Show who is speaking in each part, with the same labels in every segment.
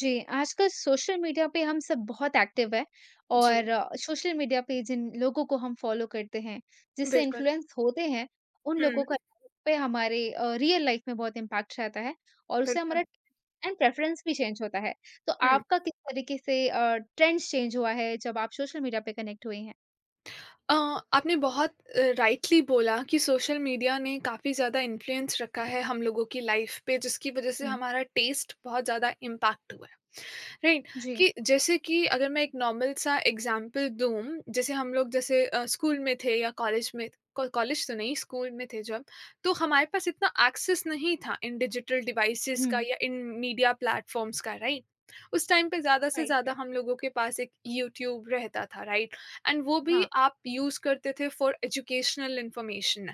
Speaker 1: जी, आजकल social media पे हम सब बहुत एक्टिव हैं
Speaker 2: जी,
Speaker 1: और सोशल मीडिया पे जिन लोगों को हम फॉलो करते हैं, जिससे
Speaker 2: बिल्कुल।
Speaker 1: इन्फ्लुएंस होते हैं, उन लोगों
Speaker 2: हुँ,
Speaker 1: का पे हमारे रियल लाइफ में बहुत इम्पैक्ट रहता है और उससे हमारा
Speaker 2: बिल्कुल।
Speaker 1: एंड प्रेफरेंस भी चेंज होता है। तो
Speaker 2: हुँ।
Speaker 1: आपका किस तरीके से ट्रेंड्स चेंज हुआ है जब आप सोशल मीडिया पे कनेक्ट हुए हैं?
Speaker 2: अ, आपने बहुत राइटली बोला कि सोशल मीडिया ने काफ़ी ज़्यादा इन्फ्लुएंस रखा है हम लोगों की लाइफ़ पे, जिसकी वज़ह से
Speaker 1: हुँ,
Speaker 2: हमारा टेस्ट बहुत ज़्यादा इम्पैक्ट हुआ है। राइट,
Speaker 1: जी,
Speaker 2: कि जैसे कि अगर मैं एक नॉर्मल सा एग्जांपल दूँ, जैसे हम लोग स्कूल में थे या कॉलेज में, को कॉलेज तो नहीं, स्कूल में थे जब, तो हमारे पास इतना एक्सेस नहीं था इन डिजिटल डिवाइसेज़
Speaker 1: हुँ,
Speaker 2: का या इन मीडिया प्लेटफ़ॉर्म्स का, राइट? उस टाइम पे ज़्यादा से
Speaker 1: राइट,
Speaker 2: ज़्यादा
Speaker 1: राइट,
Speaker 2: हम लोगों के पास एक यूट्यूब रहता था, राइट? एंड वो भी
Speaker 1: हाँ,
Speaker 2: आप यूज़ करते थे फॉर एजुकेशनल इन्फॉर्मेशन,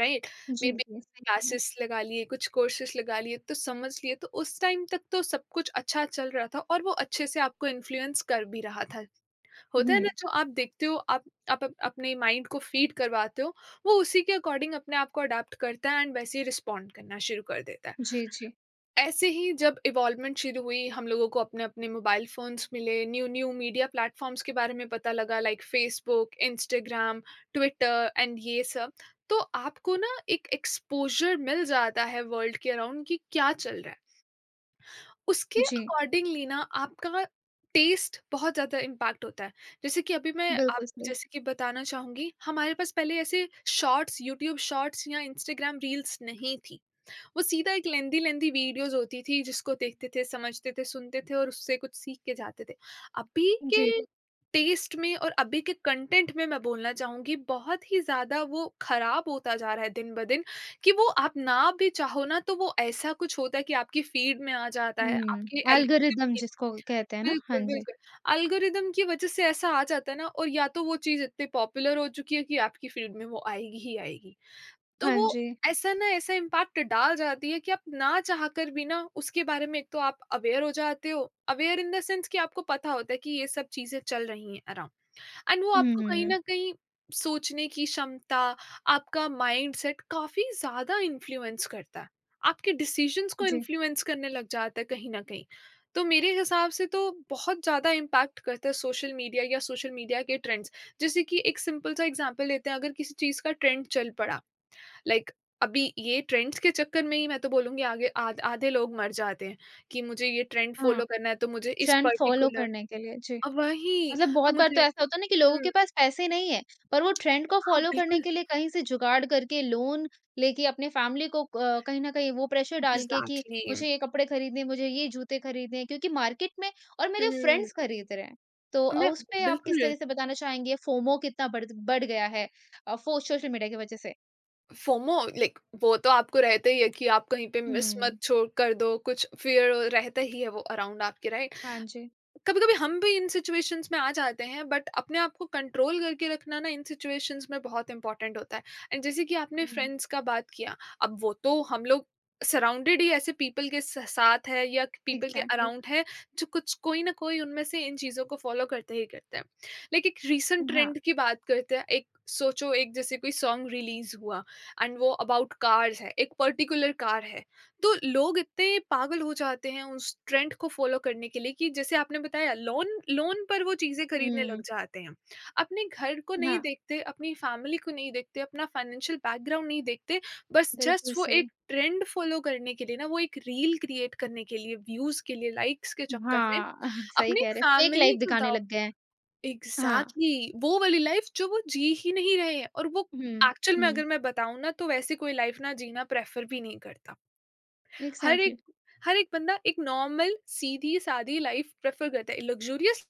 Speaker 2: राइट?
Speaker 1: जी,
Speaker 2: मे बी
Speaker 1: जी, सही है।
Speaker 2: क्लासेस लगा लिए, कुछ कोर्सेस लगा लिए, तो समझ लिए। तो उस टाइम तक तो सब कुछ अच्छा चल रहा था और वो अच्छे से आपको इन्फ्लुएंस कर भी रहा था। होता है
Speaker 1: हुँ,
Speaker 2: ना, जो आप देखते हो, आप अप अपने माइंड को फीड करवाते हो। वो उसी के अकॉर्डिंग अपने आप को अडैप्ट करता है एंड वैसे ही रिस्पॉन्ड करना शुरू कर देता है।
Speaker 1: जी, जी,
Speaker 2: ऐसे ही जब इवॉल्वमेंट शुरू हुई, हम लोगों को अपने-अपने मोबाइल फ़ोन्स मिले, न्यू-न्यू मीडिया प्लेटफ़ॉर्म्स के बारे में पता लगा, like Facebook, Instagram, Twitter and ये सब। तो आपको ना एक एक्सपोज़र मिल जाता है वर्ल्ड के अराउंड कि क्या चल रहा है। उसके
Speaker 1: जी,
Speaker 2: अकॉर्डिंगली ना आपका टेस्ट बहुत ज़्यादा इम्पैक्ट होता है। जैसे कि अभी मैं आप
Speaker 1: बिल्कुल सही,
Speaker 2: जैसे कि बताना चाहूँगी, हमारे पास पहले ऐसे शॉर्ट्स, यूट्यूब शॉर्ट्स या इंस्टाग्राम रील्स नहीं थी। वो सीधा एक लेंथी लेंथी वीडियोज़ होती थी, जिसको देखते थे, समझते थे, सुनते थे और उससे कुछ सीख के जाते थे। अभी के
Speaker 1: जी।
Speaker 2: टेस्ट में और अभी के कंटेंट में मैं बोलना चाहूँगी, बहुत ही ज़्यादा वो ख़राब होता जा रहा है दिन-ब-दिन, कि वो आप ना भी चाहो ना, तो वो ऐसा कुछ होता है कि आपकी फ़ीड में आ जाता है,
Speaker 1: हुँ,
Speaker 2: आपके एल्गोरिदम
Speaker 1: एल्गोरिदम
Speaker 2: के।
Speaker 1: जिसको कहते हैं ना? हाँ
Speaker 2: बिल्कुल,
Speaker 1: जी।
Speaker 2: बिल्कुल। एल्गोरिदम की वज़ह से ऐसा आ जाता है ना, और या तो वो चीज़ इतनी पॉपुलर हो चुकी है कि आपकी फ़ीड में वो आएगी ही आएगी। तो
Speaker 1: हाँ
Speaker 2: वो
Speaker 1: जी।
Speaker 2: ऐसा ना, ऐसा इम्पैक्ट डाल जाती है कि आप ना चाहकर भी ना उसके बारे में, एक तो आप अवेयर हो जाते हो। अवेयर इन द सेंस कि आपको पता होता है कि ये सब चीज़ें चल रही हैं अराउंड, एंड वो आपको कहीं हुँ।
Speaker 1: हुँ,
Speaker 2: न कहीं सोचने की क्षमता, आपका माइंडसेट काफ़ी ज़्यादा इन्फ्लुएंस करता है। आपके डिसीज़न्स को
Speaker 1: जी।
Speaker 2: इन्फ्लुएंस करने लग जाता है कहीं न कहीं। तो मेरे हिसाब से तो बहुत ज़्यादा इम्पैक्ट करता है सोशल मीडिया या सोशल मीडिया के ट्रेंड्स। जैसे कि एक सिंपल सा एग्ज़ाम्पल लेते हैं, अगर किसी चीज़ का ट्रेंड चल पड़ा, लाइक अभी ये ट्रेंड्स के चक्कर में ही मैं तो बोलूँगी आगे, आध आधे लोग मर जाते हैं, कि मुझे ये ट्रेंड
Speaker 1: हाँ,
Speaker 2: फ़ॉलो करना है, तो मुझे इस
Speaker 1: ट्रेंड फ़ॉलो
Speaker 2: पर्टिकुलर।
Speaker 1: करने के लिए, जी।
Speaker 2: वही।
Speaker 1: मतलब
Speaker 2: तो
Speaker 1: बहुत बार
Speaker 2: मुझे।
Speaker 1: तो ऐसा होता है ना कि लोगों
Speaker 2: हुँ,
Speaker 1: के पास पैसे नहीं हैं, पर वो ट्रेंड को
Speaker 2: हाँ
Speaker 1: फ़ॉलो करने
Speaker 2: बिल्कुल,
Speaker 1: के लिए कहीं से जुगाड़ करके लोन लेके अपने फ़ैमिली को कहीं न कहीं वो प्रेशर डाल के कि
Speaker 2: एग्ज़ैक्टली।
Speaker 1: मुझे ये कपड़े खरीदने हैं, मुझे ये जूते खरीदने हैं क्योंकि मार्केट में और मेरे
Speaker 2: हुँ,
Speaker 1: फ्रेंड्स खरीद रहे हैं। तो
Speaker 2: मैं।
Speaker 1: उस पे आप किस
Speaker 2: बिल्कुल।
Speaker 1: तरह से बताना चाहेंगे फ़ोमो कितना बढ़ बढ़ गया है अ, फो सोशल मीडिया की वज़ह से?
Speaker 2: फोमो, लाइक वो तो आपको रहता ही है कि आप कहीं पे मिस मत
Speaker 1: हुँ,
Speaker 2: छोड़ कर दो, कुछ फ़ियर रहता ही है वो अराउंड आपके, राइट?
Speaker 1: हाँ जी।
Speaker 2: कभी-कभी हम भी इन सिचुएशंस में आ जाते हैं, बट अपने आप को कंट्रोल करके रखना ना इन सिचुएशंस में बहुत इंपॉर्टेंट होता है। एंड जैसे कि आपने
Speaker 1: हुँ, हुँ।
Speaker 2: फ्रेंड्स का बात किया, अब वो तो हम लोग सराउंडेड ही ऐसे पीपल के साथ है, या पीपल के
Speaker 1: एग्ज़ैक्टली
Speaker 2: अराउंड है, जो कुछ, कोई ना कोई उनमें से इन चीज़ों को फॉलो करते ही करते हैं। लेकिन एक रीसेंट
Speaker 1: हाँ।
Speaker 2: ट्रेंड की बात करते हैं, एक सोचो, एक जैसे कोई सॉन्ग रिलीज हुआ एंड वो अबाउट कार्स है, एक पर्टिकुलर कार है। तो लोग इतने पागल हो जाते हैं उस ट्रेंड को फ़ॉलो करने के लिए कि जैसे आपने बताया, लोन लोन पर वो चीज़ें खरीदने
Speaker 1: हुँ,
Speaker 2: लग जाते हैं। अपने घर को नहीं
Speaker 1: हाँ,
Speaker 2: देखते, अपनी फैमिली को नहीं देखते, अपना फाइनेंशियल बैकग्राउंड नहीं देखते, बस
Speaker 1: बिल्कुल
Speaker 2: जस्ट वो
Speaker 1: सही।
Speaker 2: एक ट्रेंड फ़ॉलो करने के लिए ना, वो एक रील क्रिएट करने के लिए, व्यूज़ के लिए, लाइक्स के चक्कर में
Speaker 1: हाँ, सही
Speaker 2: अपनी
Speaker 1: कह रहे हैं, फ़ेक
Speaker 2: फैमिली
Speaker 1: लाइफ़
Speaker 2: को
Speaker 1: दिखाने
Speaker 2: दाव
Speaker 1: लग गए
Speaker 2: पे।
Speaker 1: हैं। हाँ,
Speaker 2: एग्ज़ैक्टली। वो वाली लाइफ़ जो वो जी ही नहीं रहे हैं, और वो
Speaker 1: हुँ,
Speaker 2: एक्चुअल में
Speaker 1: हुँ,
Speaker 2: अगर मैं बताऊँ ना, तो वैसी कोई लाइफ़ ना जीना प्रेफ़र भी नहीं करता। हर
Speaker 1: एग्ज़ैक्टली
Speaker 2: एक हर एक बंदा एक नॉर्मल सीधी-सादी लाइफ प्रेफ़र करता है। लग्ज़रियस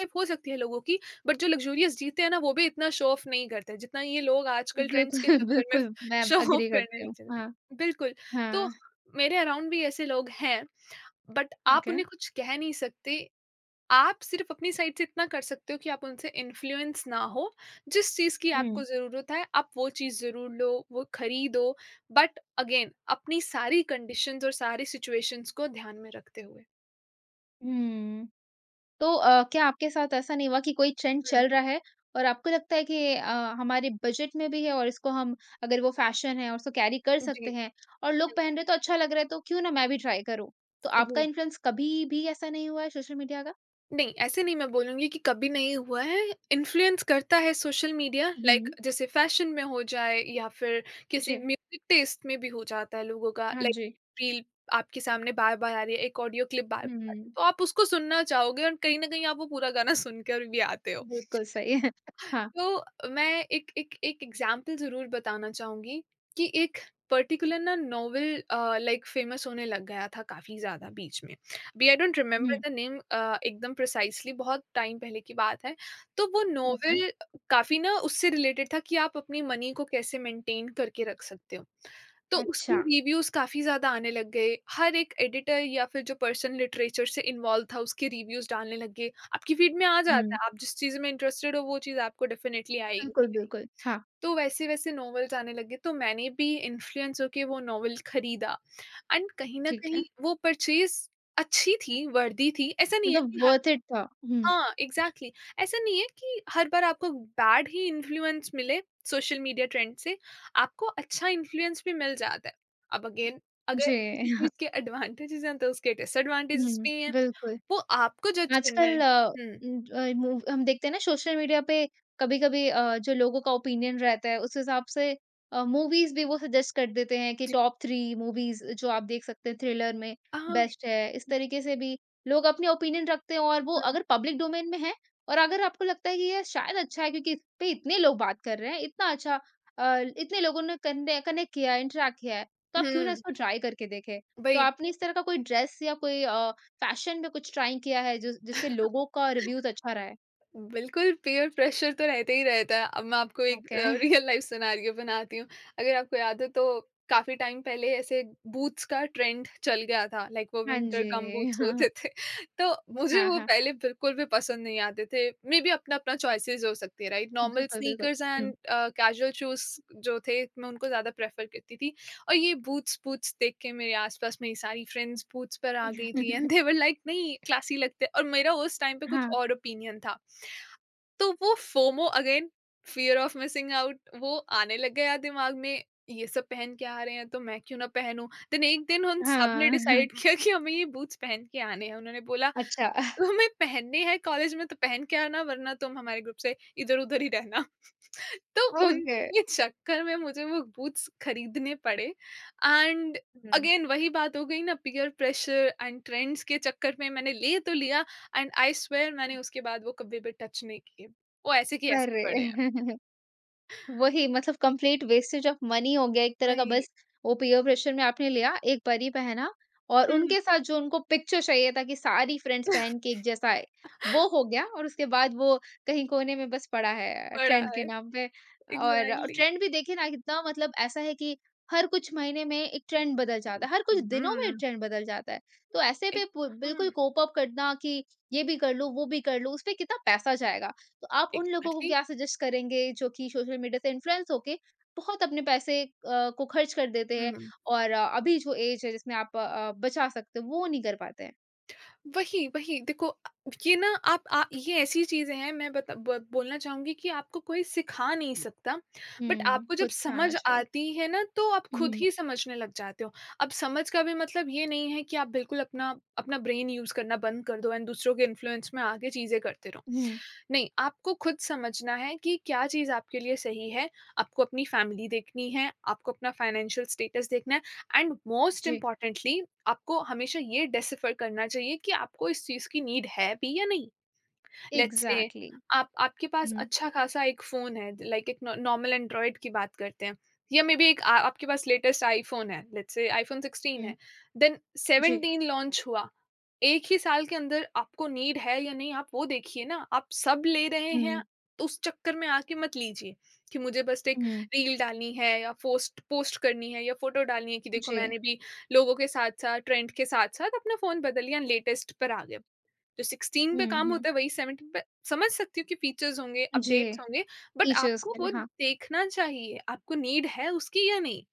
Speaker 2: लाइफ हो सकती है लोगों की, बट जो लग्ज़रियस जीते हैं ना, वो भी इतना शो ऑफ़ नहीं करते, जितना ये लोग आजकल
Speaker 1: बिल्कुल,
Speaker 2: ट्रेंड्स के चक्कर में
Speaker 1: बिल्कुल, मैं
Speaker 2: शो ऑफ़
Speaker 1: एग्री
Speaker 2: करने
Speaker 1: करती
Speaker 2: लग
Speaker 1: हूँ।
Speaker 2: जाते
Speaker 1: हाँ,
Speaker 2: हैं। बिल्कुल, तो
Speaker 1: हाँ,
Speaker 2: मेरे अराउंड भी ऐसे लोग हैं, बट आप
Speaker 1: ओके।
Speaker 2: उन्हें कुछ कह नहीं सकते। आप सिर्फ़ अपनी साइड से इतना कर सकते हो कि आप उनसे इन्फ्लुएंस ना हो। जिस चीज़ की
Speaker 1: हुँ,
Speaker 2: आपको ज़रूरत है, आप वो चीज़ ज़रूर लो, वो खरीदो, बट अगेन अपनी सारी कंडीशंस और सारी सिचुएशंस को ध्यान में रखते हुए।
Speaker 1: हुँ, तो क्या आपके साथ ऐसा नहीं हुआ कि कोई ट्रेंड
Speaker 2: हुँ,
Speaker 1: चल रहा है और आपको लगता है कि ये हमारे बजट में भी है और इसको हम अगर वो फ़ैशन है और उसको कैरी कर
Speaker 2: जी,
Speaker 1: सकते हैं और लोग
Speaker 2: हुँ,
Speaker 1: पहन रहे हैं तो अच्छा लग रहा है, तो क्यों ना मैं भी ट्राई करूँ? तो आपका
Speaker 2: जी।
Speaker 1: इन्फ्लुएंस कभी भी ऐसा नहीं हुआ है सोशल मीडिया का?
Speaker 2: नहीं, ऐसे नहीं मैं बोलूँगी कि कभी नहीं हुआ है। इन्फ्लुएंस करता है सोशल मीडिया,
Speaker 1: हुँ।
Speaker 2: लाइक जैसे फ़ैशन में हो जाए या फिर किसी
Speaker 1: जी।
Speaker 2: म्यूज़िक टेस्ट में भी हो जाता है लोगों का,
Speaker 1: हाँ
Speaker 2: लाइक
Speaker 1: जी।
Speaker 2: रील आपके सामने बार-बार आ रही है, एक ऑडियो क्लिप बार-बार आ
Speaker 1: हुँ,
Speaker 2: रही है, तो आप उसको सुनना चाहोगे और कहीं न कहीं आप वो पूरा गाना सुनकर भी आते हो।
Speaker 1: बिल्कुल सही है। हाँ।
Speaker 2: तो मैं एक एक एक एग्जाम्पल ज़रूर बताना चाहूँगी, कि एक पर्टिकुलर ना नॉवल लाइक फ़ेमस होने लग गया था काफ़ी ज़्यादा बीच में। अभी आई डोंट रिमेंबर
Speaker 1: हुँ,
Speaker 2: द नेम एकदम प्रिसाइज़ली, बहुत टाइम पहले की बात है। तो वो
Speaker 1: ओके।
Speaker 2: नॉवल काफ़ी ना, उससे रिलेटेड था कि आप अपनी मनी को कैसे मेंटेन करके रख सकते हो। तो उसके
Speaker 1: अच्छा।
Speaker 2: रिव्यूज़ काफ़ी ज़्यादा आने लग गए। हर एक एडिटर या फिर जो पर्सन लिटरेचर से इन्वॉल्व था, उसके रिव्यूज़ डालने लग गए। आपकी फीड में आ जाता
Speaker 1: हुँ,
Speaker 2: है, आप जिस चीज़ में इंटरेस्टेड हो वो चीज़ आपको डेफ़िनेटली
Speaker 1: बिल्कुल,
Speaker 2: आएगी।
Speaker 1: बिल्कुल। हाँ,
Speaker 2: तो वैसे-वैसे नॉवेल्स आने लगे, तो मैंने भी इन्फ्लुएंस होके वो नॉवेल खरीदा एंड कहीं न
Speaker 1: ठीक
Speaker 2: कहीं
Speaker 1: है।
Speaker 2: वो परचेज़ अच्छी थी, वर्दी थी। ऐसा नहीं है कि
Speaker 1: मतलब वर्थ
Speaker 2: हर
Speaker 1: इट था। हुँ।
Speaker 2: हाँ, एग्ज़ैक्टली। ऐसा नहीं है कि हर बार आपको बैड ही इन्फ्लुएंस मिले सोशल मीडिया ट्रेंड से, आपको अच्छा इन्फ्लुएंस भी मिल जाता है। अब अगेन, अगर
Speaker 1: जी।
Speaker 2: किसी चीज़ के एडवांटेजेज़ हैं तो उसके डिसएडवांटेजेज़
Speaker 1: हुँ,
Speaker 2: भी हैं,
Speaker 1: बिल्कुल।
Speaker 2: वो आपको जज करना
Speaker 1: आजकल
Speaker 2: है। हुँ।
Speaker 1: मूव हम देखते हैं ना सोशल मीडिया पे कभी-कभी जो लोगों का ओपिनियन रहता है उस हिसाब से मूवीज़ भी वो सजेस्ट कर देते हैं कि टॉप 3 मूवीज़ जो आप देख सकते हैं थ्रिलर में
Speaker 2: हाँ,
Speaker 1: बेस्ट है। इस तरीके से भी लोग अपने ओपिनियन रखते हैं और वो
Speaker 2: हुँ।
Speaker 1: अगर पब्लिक डोमेन में है और अगर आपको लगता है कि ये शायद अच्छा है क्योंकि इस पे इतने लोग बात कर रहे हैं, इतना अच्छा इतने लोगों ने कन्ने कनेक्ट किया है, इंटरैक्ट किया है, तो आप क्यों ना
Speaker 2: हुँ,
Speaker 1: इसको ट्राई करके देखें। तो
Speaker 2: वही,
Speaker 1: आपने इस तरह का कोई ड्रेस या कोई फैशन में कुछ ट्राई किया है जिसके लोगों का रिव्यूज़ अच्छा रहा है?
Speaker 2: बिल्कुल, पीयर प्रेशर तो रहता ही रहता है। अब मैं आपको एक
Speaker 1: ओके।
Speaker 2: रियल लाइफ़ सिनेरियो बनाती हूँ। अगर आपको याद हो तो काफ़ी टाइम पहले ऐसे बूट्स का ट्रेंड चल गया था, लाइक वो
Speaker 1: हाँ
Speaker 2: विंटर गम
Speaker 1: जी।
Speaker 2: बूट्स
Speaker 1: हाँ, हाँ।
Speaker 2: होते थे। तो मुझे
Speaker 1: हाँ
Speaker 2: वो
Speaker 1: हाँ,
Speaker 2: पहले बिल्कुल भी पसंद नहीं आते थे। मेबी अपना-अपना चॉइसेस हो सकती है, राइट? नॉर्मल
Speaker 1: बिल्कुल, बिल्कुल।
Speaker 2: स्नीकर्स
Speaker 1: हुँ।
Speaker 2: एंड कैजुअल शूज़ जो थे, मैं उनको ज़्यादा प्रेफ़र करती थी। और ये बूट्स बूट्स देख के मेरे आस-पास मेरी सारी फ्रेंड्स बूट्स पर आ गई थी, एंड दे वर लाइक, नहीं क्लासी लगते, और मेरा उस टाइम पे कुछ
Speaker 1: हाँ,
Speaker 2: और ओपिनियन था। तो वो FOMO again, fear of missing out, वो आने लग गया दिमाग में, ये सब पहन के आ रहे हैं तो मैं क्यों ना पहनूं। देन एक दिन उन सब ने
Speaker 1: हाँ। हाँ,
Speaker 2: डिसाइड किया कि हमें ये बूट्स पहन के आने हैं। उन्होंने बोला,
Speaker 1: अच्छा
Speaker 2: तुम्हें पहनने हैं, कॉलेज में तो पहन के आना, वरना तुम हमारे ग्रुप से इधर उधर ही रहना। तो
Speaker 1: ओके।
Speaker 2: उनके चक्कर में मुझे वो बूट्स खरीदने पड़े। And
Speaker 1: hmm.
Speaker 2: अगेन वही बात हो गई ना, पीयर प्रेशर एंड ट्रेंड्स के चक्कर में मैंने ले तो लिया। एंड आई स्वेयर, मैंने उसके बाद वो कभी भी टच नहीं किए। वो ऐसे की ऐसे ही
Speaker 1: अरे!
Speaker 2: पड़े हैं।
Speaker 1: वही मतलब कंप्लीट वेस्टेज ऑफ मनी हो गया एक तरह का
Speaker 2: वही।
Speaker 1: बस वो पीयर प्रेशर में आपने लिया एक बारी पहना और
Speaker 2: हम्म।
Speaker 1: उनके साथ जो उनको पिक्चर चाहिए था कि सारी फ्रेंड्स पहन के एक जैसा आए वो हो गया और उसके बाद वो कहीं कोने में बस पड़ा है
Speaker 2: पड़ा
Speaker 1: ट्रेंड
Speaker 2: है।
Speaker 1: के नाम पे और
Speaker 2: एग्जैक्टली।
Speaker 1: ट्रेंड भी देखिए ना कितना मतलब ऐसा है कि हर कुछ महीने में एक ट्रेंड बदल जाता है हर कुछ दिनों में एक
Speaker 2: हम्म।
Speaker 1: ट्रेंड बदल जाता है तो ऐसे पे बिल्कुल कोप अप करना कि ये भी कर लूं वो भी कर लूं उस पे कितना पैसा जाएगा तो आप उन लोगों को
Speaker 2: एग्जैक्टली।
Speaker 1: क्या सजेस्ट करेंगे जो कि सोशल मीडिया से इन्फ्लुएंस होके बहुत अपने पैसे को खर्च कर देते हैं और अभी जो एज है जिसमें आप बचा सकते हो वो नहीं कर पाते हैं?
Speaker 2: वही, वही। देखो ये ना, आप, आ ये ऐसी चीज़ें हैं, मैं बता ब बोलना चाहूँगी कि आपको कोई सिखा नहीं सकता, बट
Speaker 1: हुँ।
Speaker 2: आपको जब
Speaker 1: खुद से आना
Speaker 2: समझ
Speaker 1: चाहिए।
Speaker 2: आती है ना, तो आप खुद
Speaker 1: हुँ,
Speaker 2: ही समझने लग जाते हो। अब समझ का भी मतलब ये नहीं है कि आप बिल्कुल अपना अपना ब्रेन यूज़ करना बंद कर दो एंड दूसरों के इन्फ्लुएंस में आके चीज़ें करते रहो।
Speaker 1: हुँ।
Speaker 2: नहीं, आपको खुद समझना है कि क्या चीज़ आपके लिए सही है, आपको अपनी फैमिली देखनी है, आपको अपना फाइनेंशियल स्टेटस देखना है, एंड मोस्ट
Speaker 1: जी,
Speaker 2: इम्पोर्टेंटली आपको हमेशा ये डिसिफर करना चाहिए कि आपको इस चीज़ की नीड है भी या नहीं। Let's say
Speaker 1: exactly.
Speaker 2: आप आपके पास
Speaker 1: हुँ।
Speaker 2: अच्छा खासा एक फ़ोन है, लाइक एक नॉ नॉर्मल एंड्रॉइड की बात करते हैं, या मेबी एक आ आपके पास लेटेस्ट आईफ़ोन है, लेट्स से आईफ़ोन 16
Speaker 1: हुँ।
Speaker 2: है, देन
Speaker 1: जी।
Speaker 2: 17 लॉन्च हुआ। एक ही साल के अंदर आपको नीड है या नहीं, आप वो देखिए ना, आप सब ले रहे हैं,
Speaker 1: हुँ,
Speaker 2: तो उस चक्कर में आके मत लीजिए कि मुझे बस एक
Speaker 1: हुँ।
Speaker 2: रील डालनी है या पोस्ट पोस्ट करनी है या फ़ोटो डालनी है, कि देखो
Speaker 1: जी।
Speaker 2: मैंने भी लोगों के साथ-साथ, ट्रेंड के साथ-साथ अपना फ़ोन बदल लिया, लेटेस्ट पर आ गए। जो 16 पे
Speaker 1: हुँ,
Speaker 2: काम
Speaker 1: हुँ।
Speaker 2: होता है वही 17 पे, समझ सकती हूँ कि फीचर्स होंगे,
Speaker 1: जी,
Speaker 2: अपडेट्स होंगे, बट
Speaker 1: टीचर्स
Speaker 2: आपको
Speaker 1: के लिए,
Speaker 2: वो
Speaker 1: हाँ।
Speaker 2: देखना चाहिए, आपको नीड है उसकी या नहीं?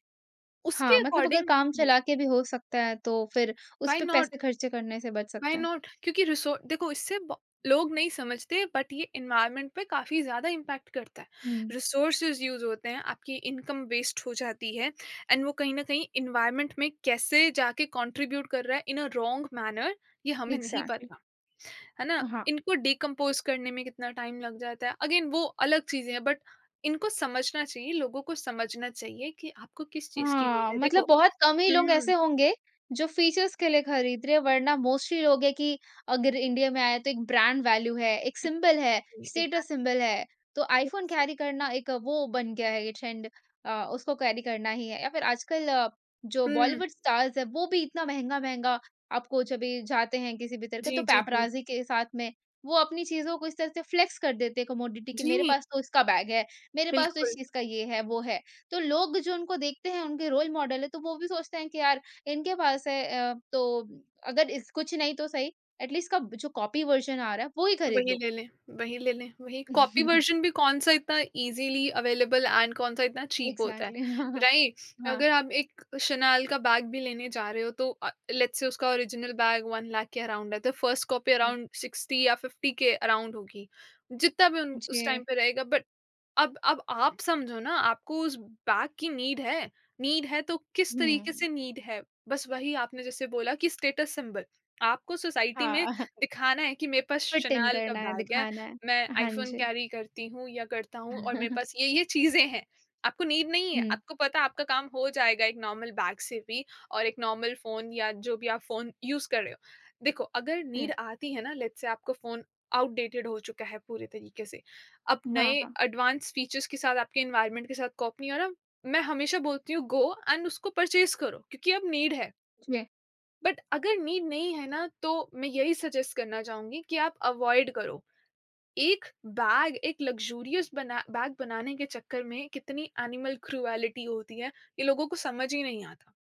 Speaker 1: हाँ,
Speaker 2: उसके
Speaker 1: मतलब अगर
Speaker 2: अकॉर्डिंग
Speaker 1: काम चला के भी हो सकता है तो फिर उस
Speaker 2: व्हाई
Speaker 1: पे पैसे
Speaker 2: नॉट?
Speaker 1: खर्चे करने से बच सकते
Speaker 2: व्हाई
Speaker 1: हैं।
Speaker 2: नॉट? क्योंकि रिसो देखो इससे ब लोग नहीं समझते, बट ये एनवायरनमेंट पे काफ़ी ज़्यादा इम्पैक्ट करता है।
Speaker 1: हुँ,
Speaker 2: रिसोर्सेज़ यूज़ होते हैं, आपकी इनकम वेस्ट हो जाती है एंड वो कहीं न कहीं एनवायरनमेंट में कैसे जाके कंट्रीब्यूट कर रहा है इन अ रॉन्ग मैनर, ये हमें नहीं
Speaker 1: एग्ज़ैक्टली,
Speaker 2: पता। है ना?
Speaker 1: हाँ।
Speaker 2: इनको डिकम्पोज़ करने में कितना टाइम लग जाता है। अगेन वो अलग चीज़ें हैं, बट इनको समझना चाहिए, लोगों को समझना चाहिए कि आपको किस चीज़ की नीड
Speaker 1: हाँ,
Speaker 2: है।
Speaker 1: मतलब
Speaker 2: देखो।
Speaker 1: बहुत कम ही लोग ऐसे
Speaker 2: हुँ।
Speaker 1: होंगे जो फीचर्स के लिए खरीद रहे हैं वरना मोस्टली लोग हैं कि अगर इंडिया में आए तो एक ब्रांड वैल्यू है, एक सिंबल है, स्टेटस सिंबल है। तो आईफ़ोन
Speaker 2: एग्ज़ैक्टली।
Speaker 1: कैरी करना एक वो बन गया है ये ट्रेंड उसको कैरी करना ही है या फिर आजकल जो
Speaker 2: हुँ,
Speaker 1: बॉलीवुड स्टार्स हैं वो भी इतना महँगा-महँगा आपको जब ये जाते हैं किसी भी तरह के तो
Speaker 2: जी, जी, जी।
Speaker 1: पैपराज़ी के साथ में वो अपनी चीज़ों को इस तरह से फ्लेक्स कर देते हैं कमोडिटी कि मेरे
Speaker 2: जी,
Speaker 1: पास तो इसका बैग है, मेरे पास तो इस
Speaker 2: बिल्कुल।
Speaker 1: चीज़ का ये है, वो है। तो लोग जो उनको देखते हैं, उनके रोल मॉडल है, तो वो भी सोचते हैं कि यार इनके पास है तो अगर इस कुछ नहीं तो सही एट लीस्ट का जो कॉपी वर्ज़न आ रहा है, वो ही खरीद
Speaker 2: वही
Speaker 1: लो।
Speaker 2: ले लें, वही ले लें, वही कॉपी वर्ज़न भी कौन-सा इतना ईज़िली अवेलेबल एंड कौन-सा इतना चीप होता है,
Speaker 1: एग्ज़ैक्टली हाँ, हाँ।
Speaker 2: राइट?
Speaker 1: हाँ,
Speaker 2: अगर आप एक शैनल का बैग भी लेने जा रहे हो तो लेट्स से उसका ओरिजिनल बैग 1 लाख के अराउंड है, तो फर्स्ट कॉपी
Speaker 1: हुँ।
Speaker 2: अराउंड 60 या 50 के अराउंड होगी, जितना भी उन उस टाइम
Speaker 1: जी।
Speaker 2: पे रहेगा, बट अब आप समझो ना, आपको उस बैग की नीड है तो किस तरीके
Speaker 1: हुँ,
Speaker 2: से नीड है? बस वही आपने जैसे बोला कि स्टेटस सिंबल। आपको सोसाइटी
Speaker 1: हाँ,
Speaker 2: में दिखाना है कि मेरे पास
Speaker 1: फिट इन
Speaker 2: शनाल का
Speaker 1: करना है,
Speaker 2: बैग है,
Speaker 1: दिखाना
Speaker 2: मैं
Speaker 1: है। हाँ
Speaker 2: आईफ़ोन
Speaker 1: जी।
Speaker 2: कैरी करती हूँ या करता हूँ और मेरे पास ये-ये चीज़ें हैं। आपको नीड नहीं है,
Speaker 1: हुँ,
Speaker 2: आपको पता है आपका काम हो जाएगा एक नॉर्मल बैग से भी और एक नॉर्मल फ़ोन या जो भी आप फ़ोन यूज़ कर रहे हो। देखो, अगर
Speaker 1: हुँ,
Speaker 2: नीड आती है ना लेट्स से आपका फ़ोन आउटडेटेड हो चुका है पूरे तरीके से, अब नए
Speaker 1: हाँ, हाँ।
Speaker 2: एडवांस फीचर्स के साथ आपके एनवायरनमेंट के साथ कॉप नहीं हो रहा, मैं हमेशा बोलती हूँ गो एंड उसको परचेज करो क्योंकि अब नीड है,
Speaker 1: जी,
Speaker 2: बट अगर नीड नहीं है ना तो मैं यही सजेस्ट करना चाहूंगी कि आप अवॉइड करो। एक एक लग्जूरियस बना बैग बनाने के चक्कर में कितनी एनिमल क्रूएलिटी होती है, ये लोगों को समझ ही नहीं आता,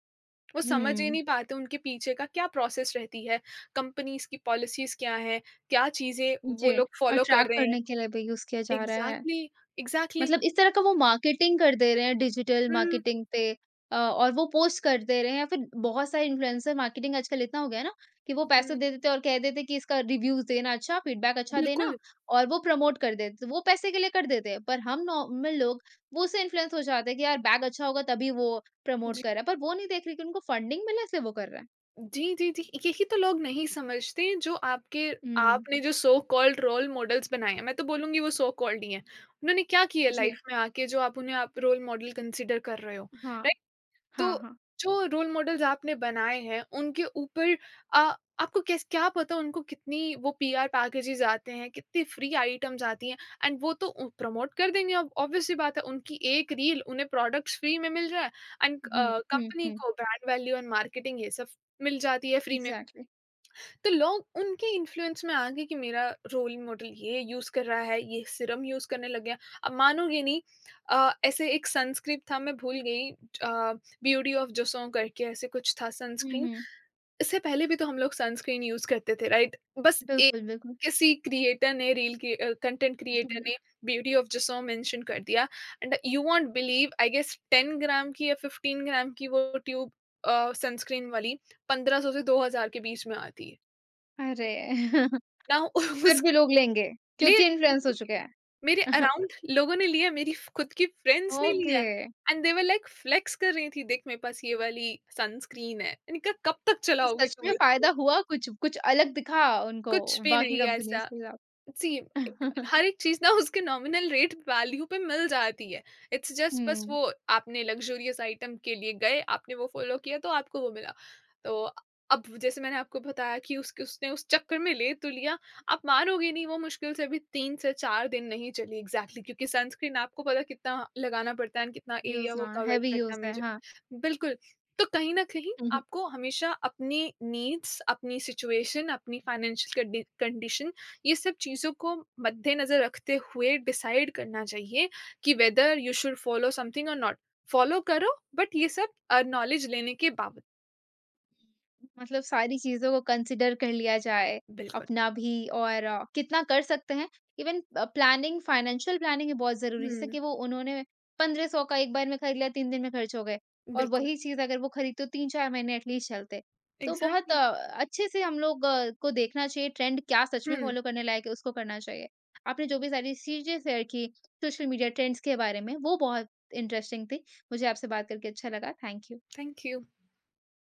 Speaker 2: वो समझ ही
Speaker 1: हुँ,
Speaker 2: नहीं पाते उनके पीछे का क्या प्रोसेस रहती है, कंपनीज की पॉलिसीज क्या है, क्या चीजें
Speaker 1: जी
Speaker 2: वो लोग
Speaker 1: और
Speaker 2: फॉलो कर
Speaker 1: ट्रैक
Speaker 2: रहे हैं।
Speaker 1: करने के लिए भी यूज़ किया जा रहा है।
Speaker 2: एग्जैक्टली। एग्जैक्टली।
Speaker 1: मतलब इस तरह का वो मार्केटिंग कर दे रहे हैं डिजिटल मार्केटिंग पे और वो पोस्ट कर दे रहे हैं या फिर बहुत सारे इन्फ्लुएंसर मार्केटिंग आजकल इतना हो गया है ना कि वो पैसे
Speaker 2: हुँ,
Speaker 1: दे देते हैं और कह देते हैं कि इसका रिव्यूज देना अच्छा फीडबैक अच्छा देना
Speaker 2: बिल्कुल।
Speaker 1: और वो प्रमोट कर देते हैं। वो पैसे के लिए कर देते हैं पर हम नॉर्मल लोग वो उससे इन्फ्लुएंस हो जाते हैं कि यार बैग अच्छा होगा तभी वो प्रमोट
Speaker 2: जी,
Speaker 1: कर रहा है पर वो नहीं देख रही कि उनको फंडिंग मिला इसलिए वो कर रहा है
Speaker 2: जी, जी, जी। यही तो लोग नहीं समझते, जो आपके
Speaker 1: हम्म
Speaker 2: आपने जो सो कॉल्ड रोल मॉडल्स बनाए हैं, मैं तो बोलूँगी वो सो कॉल्ड ही हैं। उन्होंने क्या किया
Speaker 1: जी
Speaker 2: लाइफ़ में आके जो आप उन्हें आप रोल मॉडल कंसिडर कर रहे हो?
Speaker 1: हाँ
Speaker 2: तो
Speaker 1: हाँ हाँ
Speaker 2: जो रोल मॉडल्स आपने बनाए हैं, उनके ऊपर आपको कैस क्या पता उनको कितनी वो पीआर पैकेजेज़ आते हैं, कितनी फ्री आइटम्स आती हैं, एंड वो तो उ प्रमोट कर देंगे, अब ऑब्वियस सी बात है, उनकी एक रील उन्हें प्रोडक्ट्स फ्री में मिल रहा है एंड
Speaker 1: हम्म हम्म
Speaker 2: कंपनी
Speaker 1: हम्म
Speaker 2: को ब्रांड वैल्यू एंड मार्केटिंग ये सब मिल जाती है फ्री में।
Speaker 1: एग्जैक्टली
Speaker 2: तो लोग उनके इन्फ्लुएंस में आ गए कि मेरा रोल मॉडल ये यूज कर रहा है, ये सिरम यूज करने लग गया। अब मानोगे नहीं, ऐसे एक सनस्क्रीन था मैं भूल गई, ब्यूटी ऑफ जोसों करके ऐसे कुछ था
Speaker 1: हम्म
Speaker 2: सनस्क्रीन।
Speaker 1: हम्म,
Speaker 2: इससे पहले भी तो हम लोग सनस्क्रीन यूज करते थे, राइट? बस एक
Speaker 1: बिल्कुल बिल्कुल
Speaker 2: किसी क्रिएटर ने रील कंटेंट क्रिएटर ने ब्यूटी ऑफ जोसों मेंशन कर दिया, and you won't believe I guess 10 gram की या 15 ग्राम की वो ट्यूब सनस्क्रीन वाली 1500 से 2000 के बीच में आती है।
Speaker 1: अरे
Speaker 2: नाउ
Speaker 1: फिर भी
Speaker 2: उसके
Speaker 1: लोग लेंगे,
Speaker 2: ले
Speaker 1: क्योंकि इन्फ्लुएंस हो चुके हैं।
Speaker 2: मेरे अराउंड लोगों ने लिया है, मेरी फ खुद की फ्रेंड्स ने लिया
Speaker 1: ओके,
Speaker 2: है and they were like flex कर रही थी, "देख मेरे पास ये वाली सनस्क्रीन है।" मैंने कहा, "कब तक
Speaker 1: तो
Speaker 2: चलाओगी
Speaker 1: सच में
Speaker 2: तुम
Speaker 1: फ़ायदा
Speaker 2: इसको?
Speaker 1: हुआ कुछ? कुछ अलग दिखा उनको
Speaker 2: कुछ भी
Speaker 1: बाकी
Speaker 2: नहीं है
Speaker 1: कंपनियों
Speaker 2: ऐसा।"
Speaker 1: के खिलाफ?
Speaker 2: जी। एक हर एक चीज़ ना उसके नॉमिनल रेट वैल्यू पे मिल जाती है। इट्स जस्ट बस
Speaker 1: हुँ,
Speaker 2: वो आपने लक्ज़रियस आइटम के लिए गए, आपने वो फ़ॉलो किया तो आपको वो मिला। तो अब जैसे मैंने आपको बताया कि उसके उसने उस चक्कर में ले तो लिया, आप मानोगे नहीं वो मुश्किल से भी 3 से 4 दिन नहीं चली एग्ज़ैक्टली, क्योंकि सनस्क्रीन आपको पता है कितना लगाना पड़ता है एंड कितना एरिया
Speaker 1: यूज़
Speaker 2: वो
Speaker 1: हाँ,
Speaker 2: कवर
Speaker 1: हेवी
Speaker 2: करता
Speaker 1: यूज़
Speaker 2: है
Speaker 1: है,
Speaker 2: मेजर।
Speaker 1: हाँ।
Speaker 2: बिल्कुल। तो कहीं न कहीं आपको हमेशा अपनी नीड्स, अपनी सिचुएशन, अपनी फ़ाइनेंशियल कंडीशन, ये सब चीज़ों को मद्देनज़र रखते हुए डिसाइड करना चाहिए कि whether you should follow something और नॉट। फॉलो करो बट ये सब नॉलेज लेने के बावत।
Speaker 1: मतलब सारी चीज़ों को कंसिडर कर लिया जाए
Speaker 2: बिल्कुल।
Speaker 1: अपना भी और कितना कर सकते हैं इवन प्लानिंग फाइनेंशियल प्लानिंग भी बहुत ज़रूरी है जैसे
Speaker 2: हुँ,
Speaker 1: कि वो उन्होंने 1500 का एक बार में खरीद लिया 3 दिन में खर्च हो गए और
Speaker 2: बिल्कुल।
Speaker 1: वही चीज़ अगर वो खरीद तो 3-4 महीने एटलीस्ट चलते। तो बहुत
Speaker 2: एग्ज़ैक्टली।
Speaker 1: अच्छे से हम लोग को देखना चाहिए ट्रेंड क्या सच में
Speaker 2: हुँ,
Speaker 1: फ़ॉलो करने लायक है उसको करना चाहिए। आपने जो भी सारी चीज़ें शेयर की सोशल मीडिया ट्रेंड्स के बारे में वो बहुत इंटरेस्टिंग थी। मुझे आपसे बात करके अच्छा लगा। Thank you.
Speaker 2: Thank you.